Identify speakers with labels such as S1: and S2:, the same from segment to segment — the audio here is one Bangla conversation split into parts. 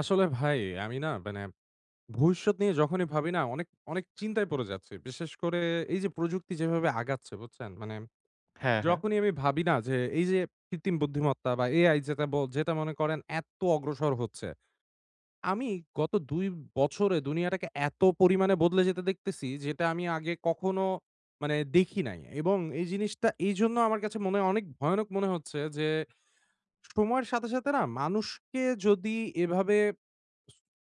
S1: আসলে ভাই আমি না মানে ভবিষ্যৎ নিয়ে যখনই ভাবি না অনেক অনেক চিন্তায় পড়ে যাচ্ছি। বিশেষ করে এই যে প্রযুক্তি যেভাবে আগাচ্ছে বুঝছেন? মানে
S2: হ্যাঁ, হ্যাঁ।
S1: যখনই আমি ভাবি না যে এই যে কৃত্রিম বুদ্ধিমত্তা বা AI যেটা মনে করেন এত অগ্রসর হচ্ছে। আমি গত ২ বছরে দুনিয়াটাকে এত পরিমাণে বদলে যেতে দেখতেছি যেটা আমি আগে কখনো মানে দেখি নাই। এবং এই জিনিসটা এইজন্য আমার কাছে মনে অনেক ভয়ানক মনে হচ্ছে যে সময়ের সাথে, সাথে না মানুষকে যদি এভাবে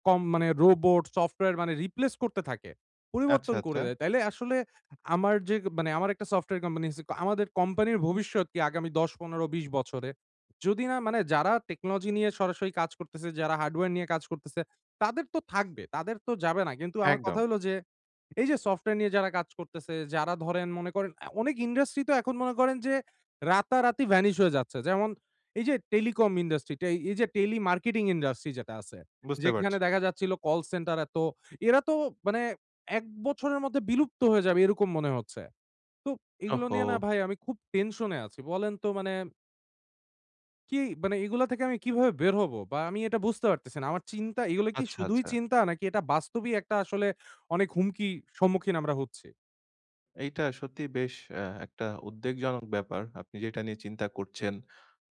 S1: কম মানে রোবট, সফটওয়্যার মানে রিপ্লেস করতে থাকে।
S2: আচ্ছা,
S1: পরিবর্তন করে
S2: আচ্ছা।
S1: দেয়। তাইলে আসলে আমার যে মানে আমার একটা সফটওয়্যার কোম্পানি আছে। আমাদের কোম্পানির ভবিষ্যৎ কি আগামী ১০, ১৫, ২০ বছরে? যদি না মানে যারা টেকনোলজি নিয়ে সরাসরি কাজ করতেছে, যারা হার্ডওয়্যার নিয়ে কাজ করতেছে, তাদের তো থাকবে। তাদের তো যাবে না। কিন্তু আমার কথা
S2: একদম।
S1: হলো যে, এই যে সফটওয়্যার নিয়ে যারা কাজ করতেছে, যারা ধরেন মনে করেন অনেক ইন্ডাস্ট্রি তো এখন মনে করেন যে রাতারাতি ভ্যানিশ হয়ে যাচ্ছে। যেমন এই যে টেলিকম ইন্ডাস্ট্রি, এই যে টেলি মার্কেটিং ইন্ডাস্ট্রি যেটা আছে।
S2: বুঝতে
S1: যেখানে
S2: পারছি।
S1: দেখা যাচ্ছিল কল সেন্টার এত এরা তো মানে ১ বছরের মধ্যে বিলুপ্ত হয়ে যাবে এরকম মনে হচ্ছে। তো এগুলো
S2: ওহো!
S1: নিয়ে না ভাই আমি খুব টেনশনে আছি। বলেন তো মানে কি মানে এগুলা থেকে আমি কিভাবে বের হব? বা আমি এটা বুঝতে পারতেছি না। আমার চিন্তা এগুলো কি
S2: আচ্ছা,
S1: শুধুই
S2: আচ্ছা।
S1: চিন্তা নাকি এটা বাস্তবিক একটা আসলে অনেক হুমকি সম্মুখীন আমরা হচ্ছি?
S2: এইটা সত্যি বেশ একটা উদ্বেগজনক ব্যাপার। আপনি যেটা নিয়ে চিন্তা করছেন।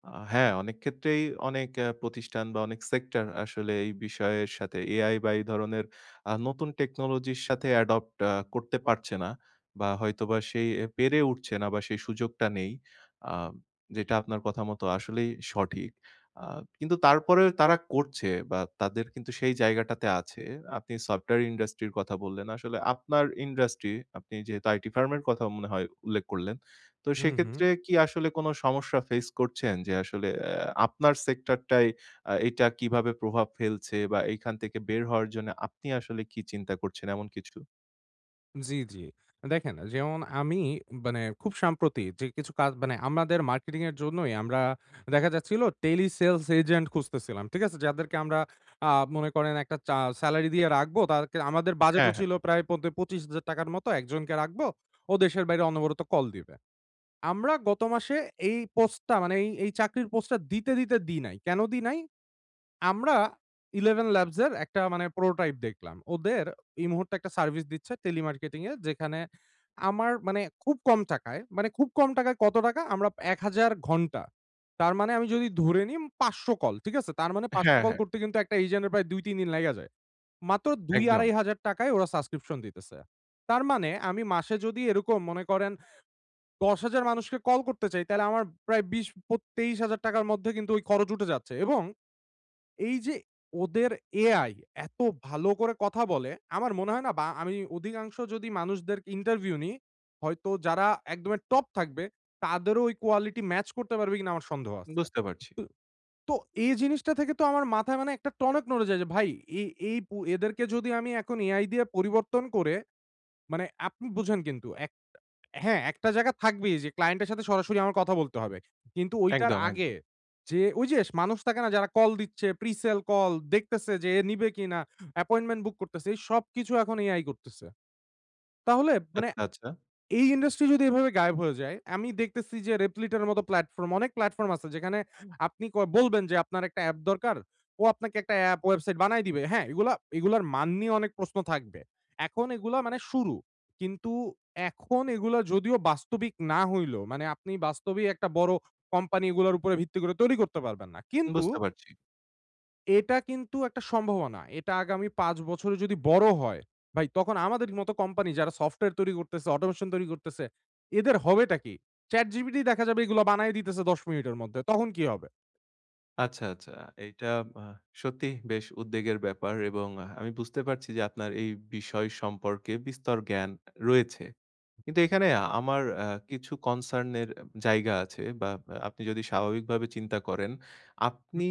S2: হ্যাঁ, অনেক ক্ষেত্রেই অনেক প্রতিষ্ঠান বা অনেক সেক্টর আসলে এই বিষয়ের সাথে AI বা এই ধরনের নতুন টেকনোলজির সাথে অ্যাডপ্ট করতে পারছে না বা হয়তোবা সেই পেরে উঠছে না বা সেই সুযোগটা নেই। আ যেটা আপনার কথা মতো আসলেই সঠিক। আ কিন্তু তারপরেও তারা করছে বা তাদের কিন্তু সেই জায়গাটাতে আছে। আপনি সফটওয়্যার ইন্ডাস্ট্রির কথা বললেন। আসলে আপনার ইন্ডাস্ট্রি, আপনি যেহেতু আইটি ফার্মের কথা মনে হয় উল্লেখ করলেন। তো
S1: হুম, হুম।
S2: সেক্ষেত্রে কি আসলে কোনো সমস্যা ফেস করছেন? যে আসলে আপনার সেক্টরটায় এটা কিভাবে প্রভাব ফেলছে বা এইখান থেকে বের হওয়ার জন্য আপনি আসলে কি চিন্তা করছেন এমন কিছু?
S1: জি, জি। দেখেন যেমন আমি মানে খুব সাম্প্রতি যে কিছু কাজ মানে আমাদের মার্কেটিং এর জন্যই আমরা দেখা যাচ্ছিল টেলি সেলস এজেন্ট খুঁজতেছিলাম। ঠিক আছে? যাদেরকে আমরা আ মনে করেন একটা চা সেলারি দিয়ে রাখবো। তাদেরকে আমাদের বাজেটও
S2: হ্যাঁ, হ্যাঁ।
S1: ছিল প্রায় ৳২৫,০০০ র মতো একজনকে রাখবো। ও দেশের বাইরে অনবরত কল দিবে। আমরা গত মাসে এই পোস্টটা মানে এই চাকরির পোস্টটা দিতে দিই নাই। কেন দিই নাই? আমরা 11 Labs এর একটা মানে প্রোটোটাইপ দেখলাম। ওদের এই মুহূর্তে একটা সার্ভিস দিচ্ছে টেলিমার্কেটিং এ যেখানে আমার মানে খুব কম টাকায়, মানে খুব কম টাকায় কত টাকা? আমরা ১,০০০ ঘন্টা। তার মানে আমি যদি ধরে নিই ৫০০ কল, ঠিক আছে? তার মানে ৫০০
S2: হ্যাঁ,
S1: কল
S2: হ্যাঁ।
S1: করতে কিন্তু একটা এজেন্টের প্রায় ২-৩ দিন লেগা যায়। মাত্র
S2: একদম।
S1: ২-২,৫০০ টাকায় ওরা সাবস্ক্রিপশন দিতেছে। তার মানে আমি মাসে যদি এরকম মনে করেন ১০,০০০ মানুষকে কল করতে চাই তাহলে আমার প্রায় ২০ ২৩,০০০ টাকার মধ্যে কিন্তু ওই খরচ উঠে যাচ্ছে এবং এই যে ওদের AI এত ভালো করে কথা বলে, আমার মনে হয় না বা আমি অধিকাংশ যদি মানুষদের ইন্টারভিউ নিই, হয়তো যারা একদমের টপ থাকবে, তাদেরও ওই কোয়ালিটি ম্যাচ করতে পারবে কিনা আমার সন্দেহ আছে।
S2: বুঝতে পারছি।
S1: তো এই জিনিসটা থেকে তো আমার মাথায় মানে একটা টনক নড়ে যায় যে ভাই এই এই পু এদেরকে যদি আমি এখন AI দিয়ে পরিবর্তন করে মানে আপনি বুঝেন কিন্তু হ্যাঁ, একটা জায়গা থাকবেই যে ক্লায়েন্টের সাথে সরাসরি আমার কথা বলতে হবে। কিন্তু ওইটার
S2: একদম,
S1: আগে
S2: একদম।
S1: যে ওই যে মানুষ থাকে না যারা কল দিচ্ছে, প্রিসেল কল দেখতেছে যে এ নিবে কিনা, অ্যাপয়েন্টমেন্ট বুক করতেছে এই সবকিছু এখন এআই করতেছে। তাহলে মানে
S2: আচ্ছা, আচ্ছা।
S1: এই ইন্ডাস্ট্রি যদি এভাবে গায়েব হয়ে যায়, আমি দেখতেছি যে Replito এর মতো প্লাটফর্ম অনেক প্লাটফর্ম আছে যেখানে আপনি বলবেন যে আপনার একটা অ্যাপ দরকার। ও আপনাকে একটা অ্যাপ ওয়েবসাইট বানায় দিবে। হ্যাঁ, এগুলার মান নিয়ে অনেক প্রশ্ন থাকবে। এখন এগুলা মানে শুরু। কিন্তু এখন এগুলা যদিও বাস্তবিক না হইলেও মানে আপনি বাস্তবেই একটা বড় কোম্পানি এগুলার উপরে ভিত্তি করে তৈরি করতে পারবেন না। কিন্তু
S2: বুঝতে পারছি।
S1: এটা কিন্তু একটা সম্ভাবনা। এটা আগামী ৫ বছরে যদি বড় হয়, ভাই তখন আমাদের মতো কোম্পানি যারা সফটওয়্যার তৈরি করতেছে, অটোমেশন তৈরি করতেছে, এদের হবেটা কি? ChatGPT দেখা যাবে এগুলো বানায় দিতেছে ১০ মিনিটের মধ্যে। তখন কি হবে?
S2: আচ্ছা, আচ্ছা। এইটা আ সত্যিই বেশ উদ্বেগের ব্যাপার এবং আহ, আমি বুঝতে পারছি যে আপনার এই বিষয় সম্পর্কে বিস্তর জ্ঞান রয়েছে। কিন্তু এখানে আমার কিছু কনসার্ন এর জায়গা আছে বা আপনি যদি স্বাভাবিকভাবে চিন্তা করেন, আপনি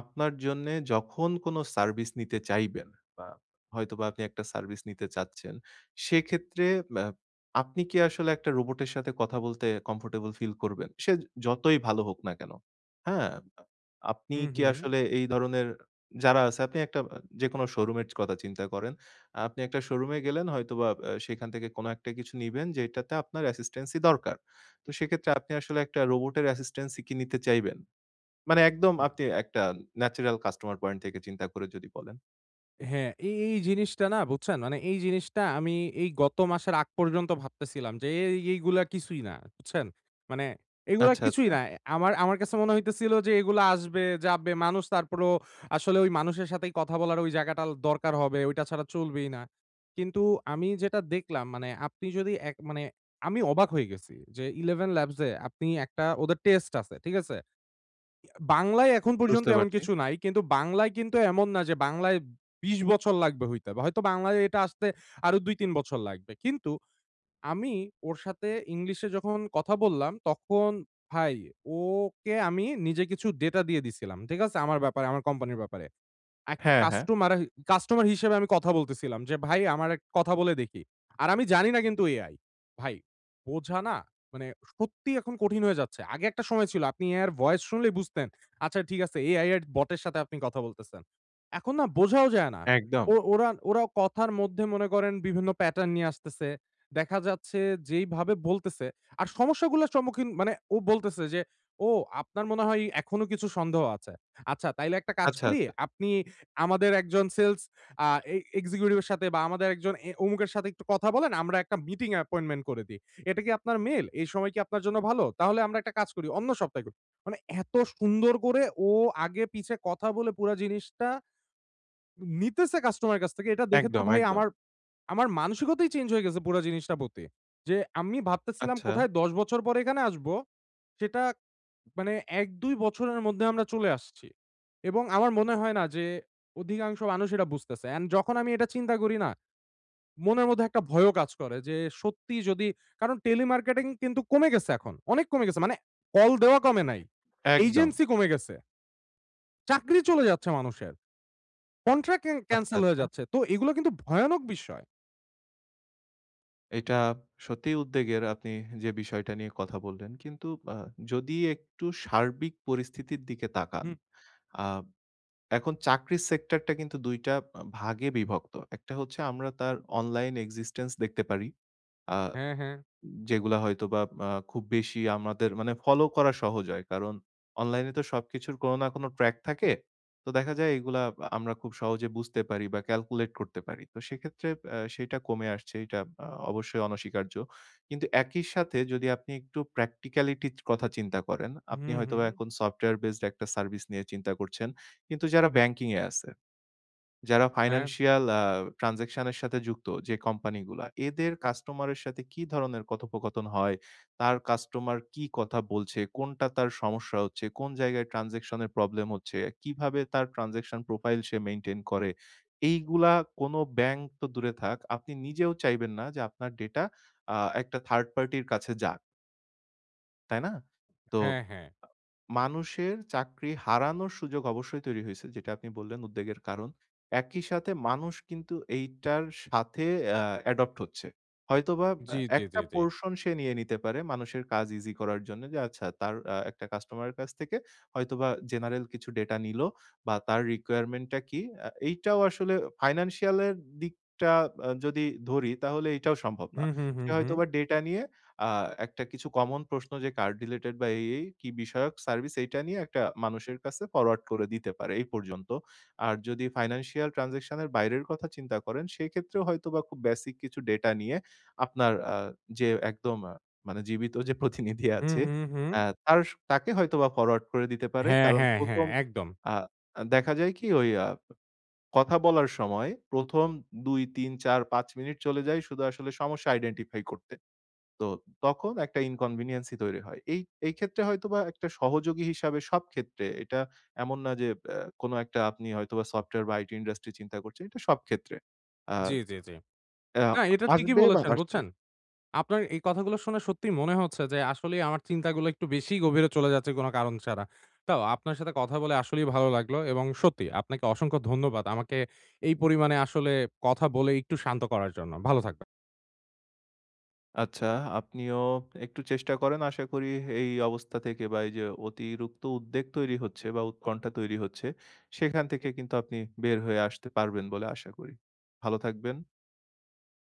S2: আপনার জন্যে যখন কোন সার্ভিস নিতে চাইবেন বা হয়তোবা আপনি একটা সার্ভিস নিতে চাচ্ছেন, সেক্ষেত্রে আ আপনি কি আসলে একটা রোবটের সাথে কথা বলতে কমফোর্টেবল ফিল করবেন? সে যতই ভালো হোক না কেন, হ্যাঁ? আ আপনি
S1: হু, হু,
S2: কি
S1: হু।
S2: আসলে এই ধরনের যারা আছে আপনি একটা যেকোনো শোরুমের কথা চিন্তা করেন। আপনি একটা শোরুমে গেলেন হয়তোবা সেখান থেকে কোনো একটা কিছু নিবেন যেটাতে আপনার অ্যাসিস্ট্যান্সি দরকার। তো সেক্ষেত্রে আপনি আসলে একটা রোবটের অ্যাসিস্ট্যান্সি কি নিতে চাইবেন? মানে একদম
S1: না।
S2: আপনি একটা ন্যাচারাল কাস্টমার পয়েন্ট থেকে চিন্তা করে যদি বলেন।
S1: হ্যাঁ, এই জিনিসটা না বুঝছেন? মানে এই জিনিসটা আমি এই গত মাসের আগ পর্যন্ত ভাবতেছিলাম যে এইগুলা কিছুই না। বুঝছেন? মানে এগুলা
S2: আচ্ছা,
S1: কিছুই
S2: আচ্ছা।
S1: না। আমার আমার কাছে মনে হইতেছিল যে এগুলা আসবে, যাবে। মানুষ তারপরেও আসলে ওই মানুষের সাথেই কথা বলার ওই জায়গাটা দরকার হবে। ওইটা ছাড়া চলবেই না। কিন্তু আমি যেটা দেখলাম মানে আপনি যদি এক মানে আমি অবাক হয়ে গেছি যে 'Eleven Labs' এ আপনি একটা ওদের টেস্ট আছে। ঠিক আছে? বাংলায় এখন পর্যন্ত
S2: বুঝতে
S1: এমন
S2: পারছি।
S1: কিছু নাই। কিন্তু বাংলায় কিন্তু এমন না যে বাংলায় ২০ বছর লাগবে হইতে। বা হয়তো বাংলায় এটা আসতে আরো ২-৩ বছর লাগবে। কিন্তু আমি ওর সাথে ইংলিশে যখন কথা বললাম, তখন ভাই ওকে আমি নিজে কিছু ডেটা দিয়ে দিছিলাম। ঠিক আছে? আমার ব্যাপারে, আমার কোম্পানির ব্যাপারে। একটা
S2: হ্যাঁ, হ্যাঁ।
S1: কাস্টমার কাস্টমার হিসেবে আমি কথা বলতেছিলাম যে, "ভাই আমার এক কথা বলে দেখি।" আর আমি জানি না কিন্তু এআই। ভাই বোঝা না মানে সত্যি এখন কঠিন হয়ে যাচ্ছে। আগে একটা সময় ছিল আপনি এআই এর ভয়েস শুনলেই বুঝতেন। আচ্ছা ঠিক আছে এআই এর বটের সাথে আপনি কথা বলতেছেন। এখন না বোঝাও যায় না।
S2: একদম।
S1: ও ওরা ওরা কথার মধ্যে মনে করেন বিভিন্ন প্যাটার্ন নিয়ে আসতেছে। দেখা যাচ্ছে যেইভাবে বলতেছে আর সমস্যাগুলোর সম্মুখীন মানে ও বলতেছে যে, "ও আপনার মনে হয় এখনো কিছু সন্দেহ আছে। আচ্ছা তাইলে একটা কাজ
S2: আচ্ছা,
S1: করি,
S2: আচ্ছা।
S1: আপনি আমাদের একজন সেলস আ এ এক্সিকিউটিভ এর সাথে বা আমাদের একজন অমুকের সাথে একটু কথা বলেন, আমরা একটা মিটিং অ্যাপয়েন্টমেন্ট করে দিই। এটা কি আপনার মেইল? এই সময় কি আপনার জন্য ভালো? তাহলে আমরা একটা কাজ করি, অন্য সপ্তাহে করি।" মানে এত সুন্দর করে ও আগে পিছে কথা বলে পুরা জিনিসটা নিতেছে কাস্টমারের কাছ থেকে এটা দেখে তো
S2: একদম,
S1: ভাই
S2: একদম।
S1: আমার মানসিকতাই চেঞ্জ হয়ে গেছে পুরা জিনিসটার প্রতি। যে আমি ভাবতেছিলাম
S2: আচ্ছা।
S1: কোথায় ১০ বছর পরে এখানে আসবো, সেটা মানে ১-২ বছরের মধ্যে আমরা চলে আসছি। এবং আমার মনে হয় না যে অধিকাংশ মানুষ এটা বুঝতেছে। অ্যান্ড যখন আমি এটা চিন্তা করি না, মনের মধ্যে একটা ভয়ও কাজ করে যে সত্যি যদি কারণ টেলিমার্কেটিং কিন্তু কমে গেছে এখন। অনেক কমে গেছে। মানে কল দেওয়া কমে নাই।
S2: একদম।
S1: এজেন্সি কমে গেছে। চাকরি চলে যাচ্ছে মানুষের। কন্ট্রাক্ট ক্যান
S2: আচ্ছা,
S1: ক্যানসেল হয়ে
S2: আচ্ছা।
S1: যাচ্ছে। তো এগুলো কিন্তু ভয়ানক বিষয়।
S2: এটা সত্যিই উদ্বেগের আপনি যে বিষয়টা নিয়ে কথা বললেন। কিন্তু আ যদি একটু সার্বিক পরিস্থিতির দিকে তাকান
S1: হুম,
S2: আ এখন চাকরির সেক্টরটা কিন্তু ২ টা ভাগে বিভক্ত। একটা হচ্ছে আমরা তার অনলাইন এক্সিস্টেন্স দেখতে পারি। আ
S1: হ্যাঁ, হ্যাঁ।
S2: যেগুলা হয়তোবা খুব বেশি আমাদের মানে ফলো করা সহজ হয়। কারণ অনলাইনে তো সবকিছুর কোনো না কোনো ট্র্যাক থাকে। তো দেখা যায় এগুলা আমরা খুব সহজে বুঝতে পারি বা ক্যালকুলেট করতে পারি। তো সেক্ষেত্রে সেটা কমে আসছে। এটা অবশ্যই অনস্বীকার্য। কিন্তু একই সাথে যদি আপনি একটু practicality র কথা চিন্তা করেন, আপনি
S1: হুম, হুম।
S2: হয়তোবা এখন সফটওয়্যার বেসড একটা সার্ভিস নিয়ে চিন্তা করছেন। কিন্তু যারা ব্যাংকিং এ আছে যারা
S1: হ্যাঁ,
S2: ফাইন্যান্সিয়াল ট্রান্সেকশন এর সাথে যুক্ত যে কোম্পানিগুলা, এদের কাস্টমারের সাথে কি ধরনের কথোপকথন হয়? তার কাস্টমার কি কথা বলছে? কোনটা তার সমস্যা হচ্ছে? কোন জায়গায় ট্রান্সেকশন এর প্রবলেম হচ্ছে? কিভাবে তার ট্রান্সেকশন প্রোফাইল সে মেইনটেইন করে? এইগুলা কোনো ব্যাংক তো দূরে থাক, আপনি নিজেও চাইবেন না যে আপনার ডেটা একটা থার্ড পার্টির কাছে যাক। তাই না? তো
S1: হ্যাঁ, হ্যাঁ।
S2: আ মানুষের চাকরি হারানোর সুযোগ অবশ্যই তৈরি হইছে। যেটা আপনি বললেন উদ্বেগের কারণ। একই সাথে মানুষ কিন্তু এইটার সাথে অ্যাডপ্ট হচ্ছে। হয়তোবা
S1: জি, জি, জি,
S2: একটা
S1: জি।
S2: পোরশন সে নিয়ে নিতে পারে মানুষের কাজ ইজি করার জন্য যে আচ্ছা তার একটা কাস্টমারের কাছ থেকে হয়তোবা জেনারেল কিছু ডেটা নিলো বা তার রিকোয়ারমেন্ট টা কি? এইটাও আসলে ফাইন্যান্সিয়াল এর দিকটা যদি ধরি তাহলে এইটাও সম্ভব না।
S1: হুম, হুম, হুম,
S2: সে
S1: হুম।
S2: হয়তোবা ডেটা নিয়ে আ একটা কিছু কমন প্রশ্ন যে কার্ড রিলেটেড বা এই কি বিষয়ক সার্ভিস এইটা নিয়ে একটা মানুষের কাছে ফরওয়ার্ড করে দিতে পারে এই পর্যন্ত। আর যদি ফাইন্যান্সিয়াল ট্রান্সেকশন এর বাইরের কথা চিন্তা করেন সেক্ষেত্রেও হয়তোবা খুব বেসিক কিছু ডেটা নিয়ে আপনার যে একদম মানে জীবিত যে প্রতিনিধি
S1: হুম,
S2: আছে
S1: হুম, হুম।
S2: আ তার তাকে হয়তোবা ফরওয়ার্ড করে দিতে পারে।
S1: হ্যাঁ,
S2: কারণ
S1: হ্যাঁ, হ্যাঁ।
S2: ১ম
S1: একদম।
S2: আ দেখা যায় কি ওই কথা বলার সময় ১ম ২, ৩, ৪, ৫ মিনিট চলে যায় শুধু আসলে সমস্যা আইডেন্টিফাই করতে। তো তখন একটা inconvenience ই তৈরি হয়। এই ক্ষেত্রে হয়তোবা একটা সহযোগী হিসাবে সব ক্ষেত্রে এটা এমন না যে কোনো একটা আপনি হয়তোবা সফটওয়্যার বা আইটি ইন্ডাস্ট্রি চিন্তা করছেন, এটা সব ক্ষেত্রে। আ
S1: জি, জি, জি।
S2: অ্যা
S1: না, এটা ঠিকই
S2: আসবে বা
S1: বলেছেন,
S2: আসছে।
S1: বুঝছেন? আপনার এই কথাগুলো শুনে সত্যিই মনে হচ্ছে যে আসলেই আমার চিন্তাগুলো একটু বেশিই গভীরে চলে যাচ্ছে কোনো কারণ ছাড়া। তাও আপনার সাথে কথা বলে আসলেই ভালো লাগলো এবং সত্যি আপনাকে অসংখ্য ধন্যবাদ। আমাকে এই পরিমাণে আসলে কথা বলে একটু শান্ত করার জন্য। ভালো থাকবেন।
S2: আচ্ছা, আপনিও একটু চেষ্টা করেন। আশা করি এই অবস্থা থেকে বা এই যে অতিরিক্ত উদ্বেগ তৈরি হচ্ছে বা উৎকণ্ঠা তৈরি হচ্ছে, সেখান থেকে কিন্তু আপনি বের হয়ে আসতে পারবেন বলে আশা করি। ভালো থাকবেন।